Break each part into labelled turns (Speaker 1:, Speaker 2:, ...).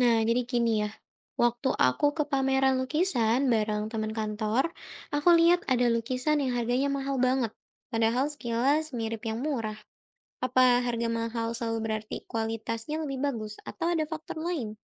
Speaker 1: Nah, jadi gini ya. Waktu aku ke pameran lukisan bareng teman kantor, aku lihat ada lukisan yang harganya mahal banget. Padahal sekilas mirip yang murah. Apa harga mahal selalu berarti kualitasnya lebih bagus atau ada faktor lain?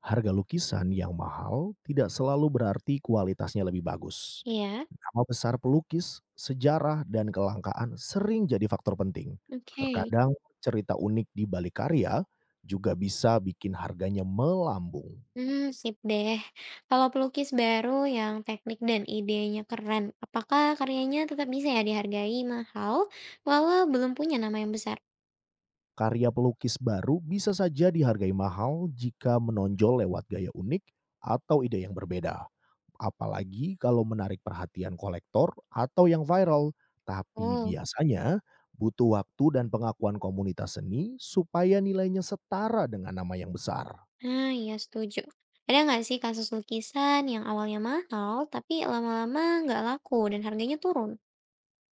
Speaker 2: Harga lukisan yang mahal tidak selalu berarti kualitasnya lebih bagus.
Speaker 1: Iya.
Speaker 2: Nama besar pelukis, sejarah, dan kelangkaan sering jadi faktor penting.
Speaker 1: Oke.
Speaker 2: Terkadang cerita unik di balik karya juga bisa bikin harganya melambung.
Speaker 1: Hmm, sip deh. Kalau pelukis baru yang teknik dan idenya keren, apakah karyanya tetap bisa ya dihargai mahal walau belum punya nama yang besar?
Speaker 2: Karya pelukis baru bisa saja dihargai mahal jika menonjol lewat gaya unik atau ide yang berbeda, apalagi kalau menarik perhatian kolektor atau yang viral. Tapi
Speaker 1: Oh.
Speaker 2: biasanya butuh waktu dan pengakuan komunitas seni supaya nilainya setara dengan nama yang besar.
Speaker 1: Nah, iya setuju. Ada nggak sih kasus lukisan yang awalnya mahal, tapi lama-lama nggak laku dan harganya turun?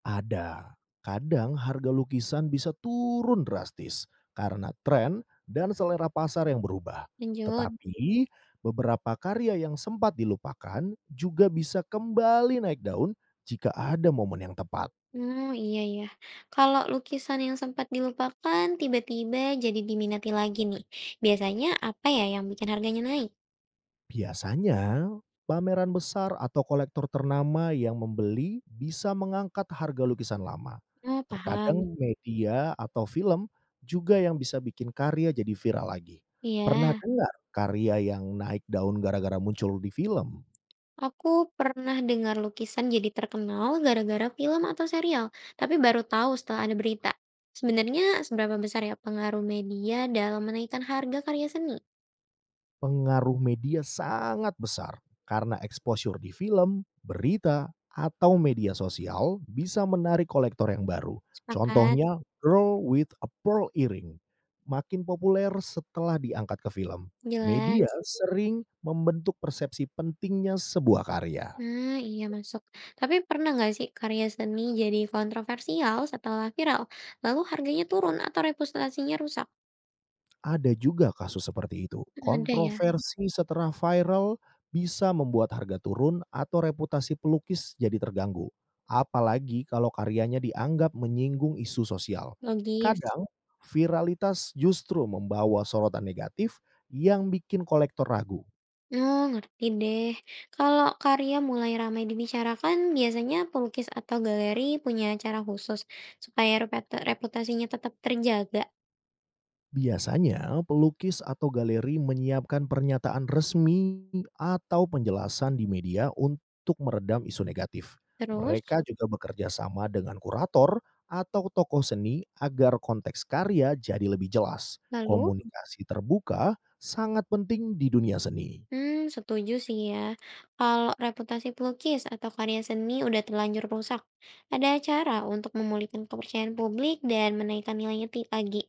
Speaker 2: Ada. Kadang harga lukisan bisa turun drastis karena tren dan selera pasar yang berubah.
Speaker 1: Lanjut.
Speaker 2: Tetapi beberapa karya yang sempat dilupakan juga bisa kembali naik daun jika ada momen yang tepat.
Speaker 1: Oh iya ya. Kalau lukisan yang sempat dilupakan tiba-tiba jadi diminati lagi nih. Biasanya apa ya yang bikin harganya naik?
Speaker 2: Biasanya, pameran besar atau kolektor ternama yang membeli bisa mengangkat harga lukisan lama.
Speaker 1: Oh paham.
Speaker 2: Terkadang media atau film juga yang bisa bikin karya jadi viral lagi. Pernah
Speaker 1: Iya.
Speaker 2: dengar karya yang naik daun gara-gara muncul di film?
Speaker 1: Aku pernah dengar lukisan jadi terkenal gara-gara film atau serial, tapi baru tahu setelah ada berita. Sebenarnya seberapa besar ya pengaruh media dalam menaikkan harga karya seni?
Speaker 2: Pengaruh media sangat besar karena exposure di film, berita, atau media sosial bisa menarik kolektor yang baru.
Speaker 1: Sepakat,
Speaker 2: Contohnya Girl with a Pearl Earring, makin populer setelah diangkat ke film. Media
Speaker 1: jelas.
Speaker 2: sering membentuk persepsi pentingnya sebuah karya.
Speaker 1: Nah, iya masuk. Tapi pernah nggak sih karya seni jadi kontroversial setelah viral, lalu harganya turun atau reputasinya rusak?
Speaker 2: Ada juga kasus seperti itu. Mhm.
Speaker 1: Ada ya,
Speaker 2: Kontroversi setelah viral bisa membuat harga turun atau reputasi pelukis jadi terganggu, apalagi kalau karyanya dianggap menyinggung isu sosial.
Speaker 1: logis.
Speaker 2: Kadang, viralitas justru membawa sorotan negatif yang bikin kolektor ragu.
Speaker 1: Oh, ngerti deh. Kalau karya mulai ramai dibicarakan, biasanya pelukis atau galeri punya cara khusus supaya reputasinya tetap terjaga.
Speaker 2: Biasanya, pelukis atau galeri menyiapkan pernyataan resmi atau penjelasan di media untuk meredam isu negatif.
Speaker 1: Terus,
Speaker 2: Mereka juga bekerja sama dengan kurator atau tokoh seni agar konteks karya jadi lebih jelas.
Speaker 1: lalu?
Speaker 2: Komunikasi terbuka sangat penting di dunia seni.
Speaker 1: Hmm, setuju sih ya. Kalau reputasi pelukis atau karya seni udah terlanjur rusak, ada cara untuk memulihkan kepercayaan publik dan menaikkan nilainya ti lagi?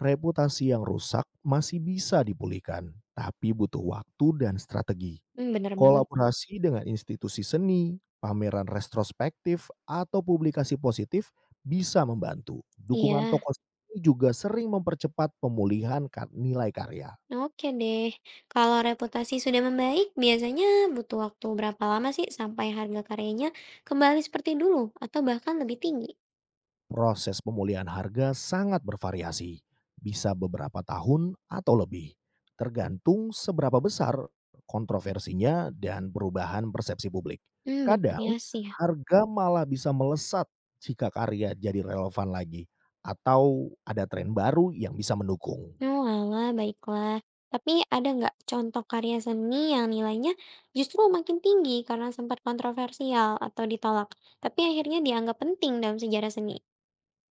Speaker 2: Reputasi yang rusak masih bisa dipulihkan, tapi butuh waktu dan strategi.
Speaker 1: Hmm, bener banget.
Speaker 2: Kolaborasi dengan institusi seni, pameran retrospektif, atau publikasi positif bisa membantu. Dukungan
Speaker 1: Iya,
Speaker 2: tokoh seni juga sering mempercepat pemulihan nilai karya.
Speaker 1: oke deh. Kalau reputasi sudah membaik, biasanya butuh waktu berapa lama sih sampai harga karyanya kembali seperti dulu atau bahkan lebih tinggi?
Speaker 2: Proses pemulihan harga sangat bervariasi, bisa beberapa tahun atau lebih, tergantung seberapa besar kontroversinya dan perubahan persepsi publik.
Speaker 1: Hmm,
Speaker 2: Kadang,
Speaker 1: bervariasi.
Speaker 2: harga malah bisa melesat jika karya jadi relevan lagi atau ada tren baru yang bisa mendukung.
Speaker 1: Oh alah, baiklah. Tapi ada nggak contoh karya seni yang nilainya justru makin tinggi karena sempat kontroversial atau ditolak, tapi akhirnya dianggap penting dalam sejarah seni?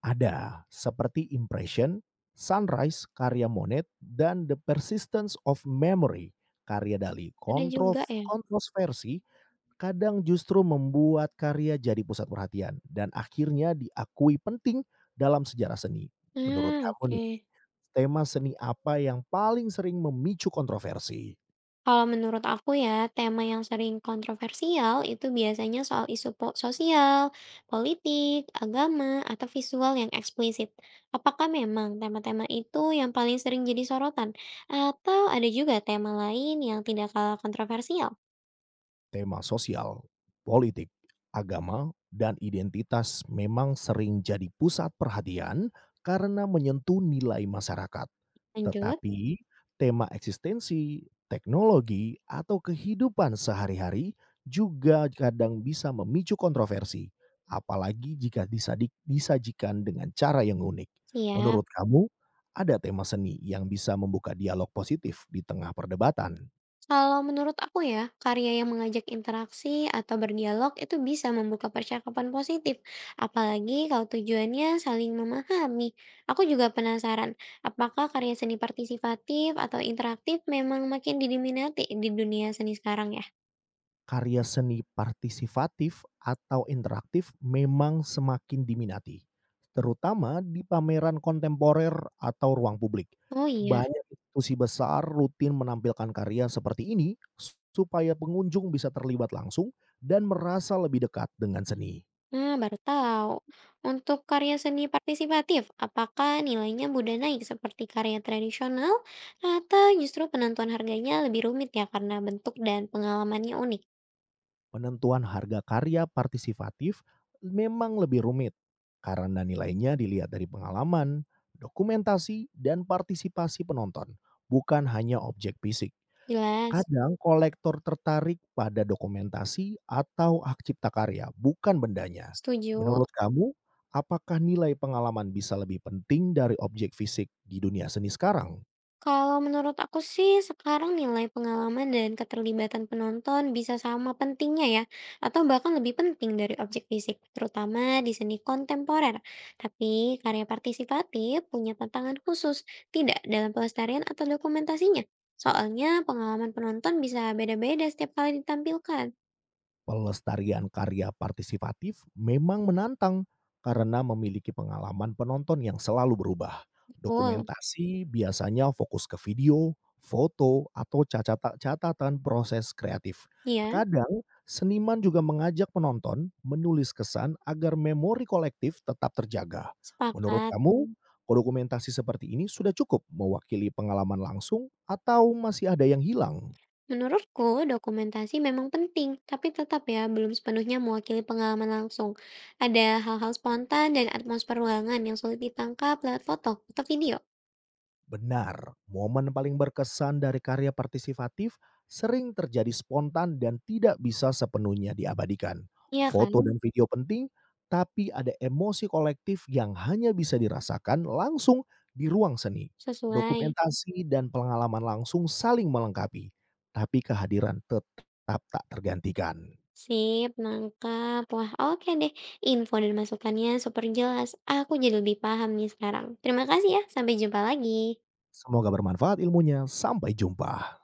Speaker 2: Ada, seperti Impression, Sunrise karya Monet, dan The Persistence of Memory karya Dali.
Speaker 1: Ada juga ya?
Speaker 2: Kontroversi kadang justru membuat karya jadi pusat perhatian dan akhirnya diakui penting dalam sejarah seni. Menurut
Speaker 1: Ah,
Speaker 2: kamu
Speaker 1: oke.
Speaker 2: nih, tema seni apa yang paling sering memicu kontroversi?
Speaker 1: Kalau menurut aku ya, tema yang sering kontroversial itu biasanya soal sosial, politik, agama, atau visual yang eksplisit. Apakah memang tema-tema itu yang paling sering jadi sorotan? Atau ada juga tema lain yang tidak kalah kontroversial?
Speaker 2: Tema sosial, politik, agama, dan identitas memang sering jadi pusat perhatian karena menyentuh nilai masyarakat.
Speaker 1: Lanjut,
Speaker 2: Tetapi, tema eksistensi, teknologi, atau kehidupan sehari-hari juga kadang bisa memicu kontroversi, apalagi jika disajikan dengan cara yang unik.
Speaker 1: siap.
Speaker 2: Menurut kamu, ada tema seni yang bisa membuka dialog positif di tengah perdebatan?
Speaker 1: Kalau menurut aku ya, karya yang mengajak interaksi atau berdialog itu bisa membuka percakapan positif, apalagi kalau tujuannya saling memahami. Aku juga penasaran, apakah karya seni partisipatif atau interaktif memang makin diminati di dunia seni sekarang ya?
Speaker 2: Karya seni partisipatif atau interaktif memang semakin diminati, terutama di pameran kontemporer atau ruang publik.
Speaker 1: Oh iya.
Speaker 2: Banyak institusi besar rutin menampilkan karya seperti ini supaya pengunjung bisa terlibat langsung dan merasa lebih dekat dengan seni.
Speaker 1: Nah, baru tahu. Untuk karya seni partisipatif, apakah nilainya mudah naik seperti karya tradisional atau justru penentuan harganya lebih rumit ya karena bentuk dan pengalamannya unik?
Speaker 2: Penentuan harga karya partisipatif memang lebih rumit karena nilainya dilihat dari pengalaman, dokumentasi, dan partisipasi penonton, bukan hanya objek fisik.
Speaker 1: Jelas.
Speaker 2: Kadang kolektor tertarik pada dokumentasi atau hak cipta karya, bukan bendanya.
Speaker 1: Setuju.
Speaker 2: Menurut kamu, apakah nilai pengalaman bisa lebih penting dari objek fisik di dunia seni sekarang?
Speaker 1: Kalau menurut aku sih sekarang nilai pengalaman dan keterlibatan penonton bisa sama pentingnya ya, atau bahkan lebih penting dari objek fisik, terutama di seni kontemporer. Tapi karya partisipatif punya tantangan khusus, tidak dalam pelestarian atau dokumentasinya. Soalnya pengalaman penonton bisa beda-beda setiap kali ditampilkan.
Speaker 2: Pelestarian karya partisipatif memang menantang karena memiliki pengalaman penonton yang selalu berubah.
Speaker 1: Betul,
Speaker 2: Dokumentasi biasanya fokus ke video, foto, atau catatan proses kreatif.
Speaker 1: iya,
Speaker 2: Kadang, seniman juga mengajak penonton menulis kesan agar memori kolektif tetap terjaga. Menurut
Speaker 1: sepakat.
Speaker 2: kamu, dokumentasi seperti ini sudah cukup mewakili pengalaman langsung atau masih ada yang hilang?
Speaker 1: Menurutku, dokumentasi memang penting, tapi tetap ya belum sepenuhnya mewakili pengalaman langsung. Ada hal-hal spontan dan atmosfer ruangan yang sulit ditangkap lewat foto atau video.
Speaker 2: Benar, momen paling berkesan dari karya partisipatif sering terjadi spontan dan tidak bisa sepenuhnya diabadikan.
Speaker 1: Iya kan?
Speaker 2: Foto dan video penting, tapi ada emosi kolektif yang hanya bisa dirasakan langsung di ruang seni.
Speaker 1: Sesuai.
Speaker 2: Dokumentasi dan pengalaman langsung saling melengkapi, tapi kehadiran tetap tak tergantikan.
Speaker 1: Sip, nangkap. Wah, oke deh. Info dan masukannya super jelas. Aku jadi lebih paham nih sekarang. Terima kasih ya. Sampai jumpa lagi.
Speaker 2: Semoga bermanfaat ilmunya. Sampai jumpa.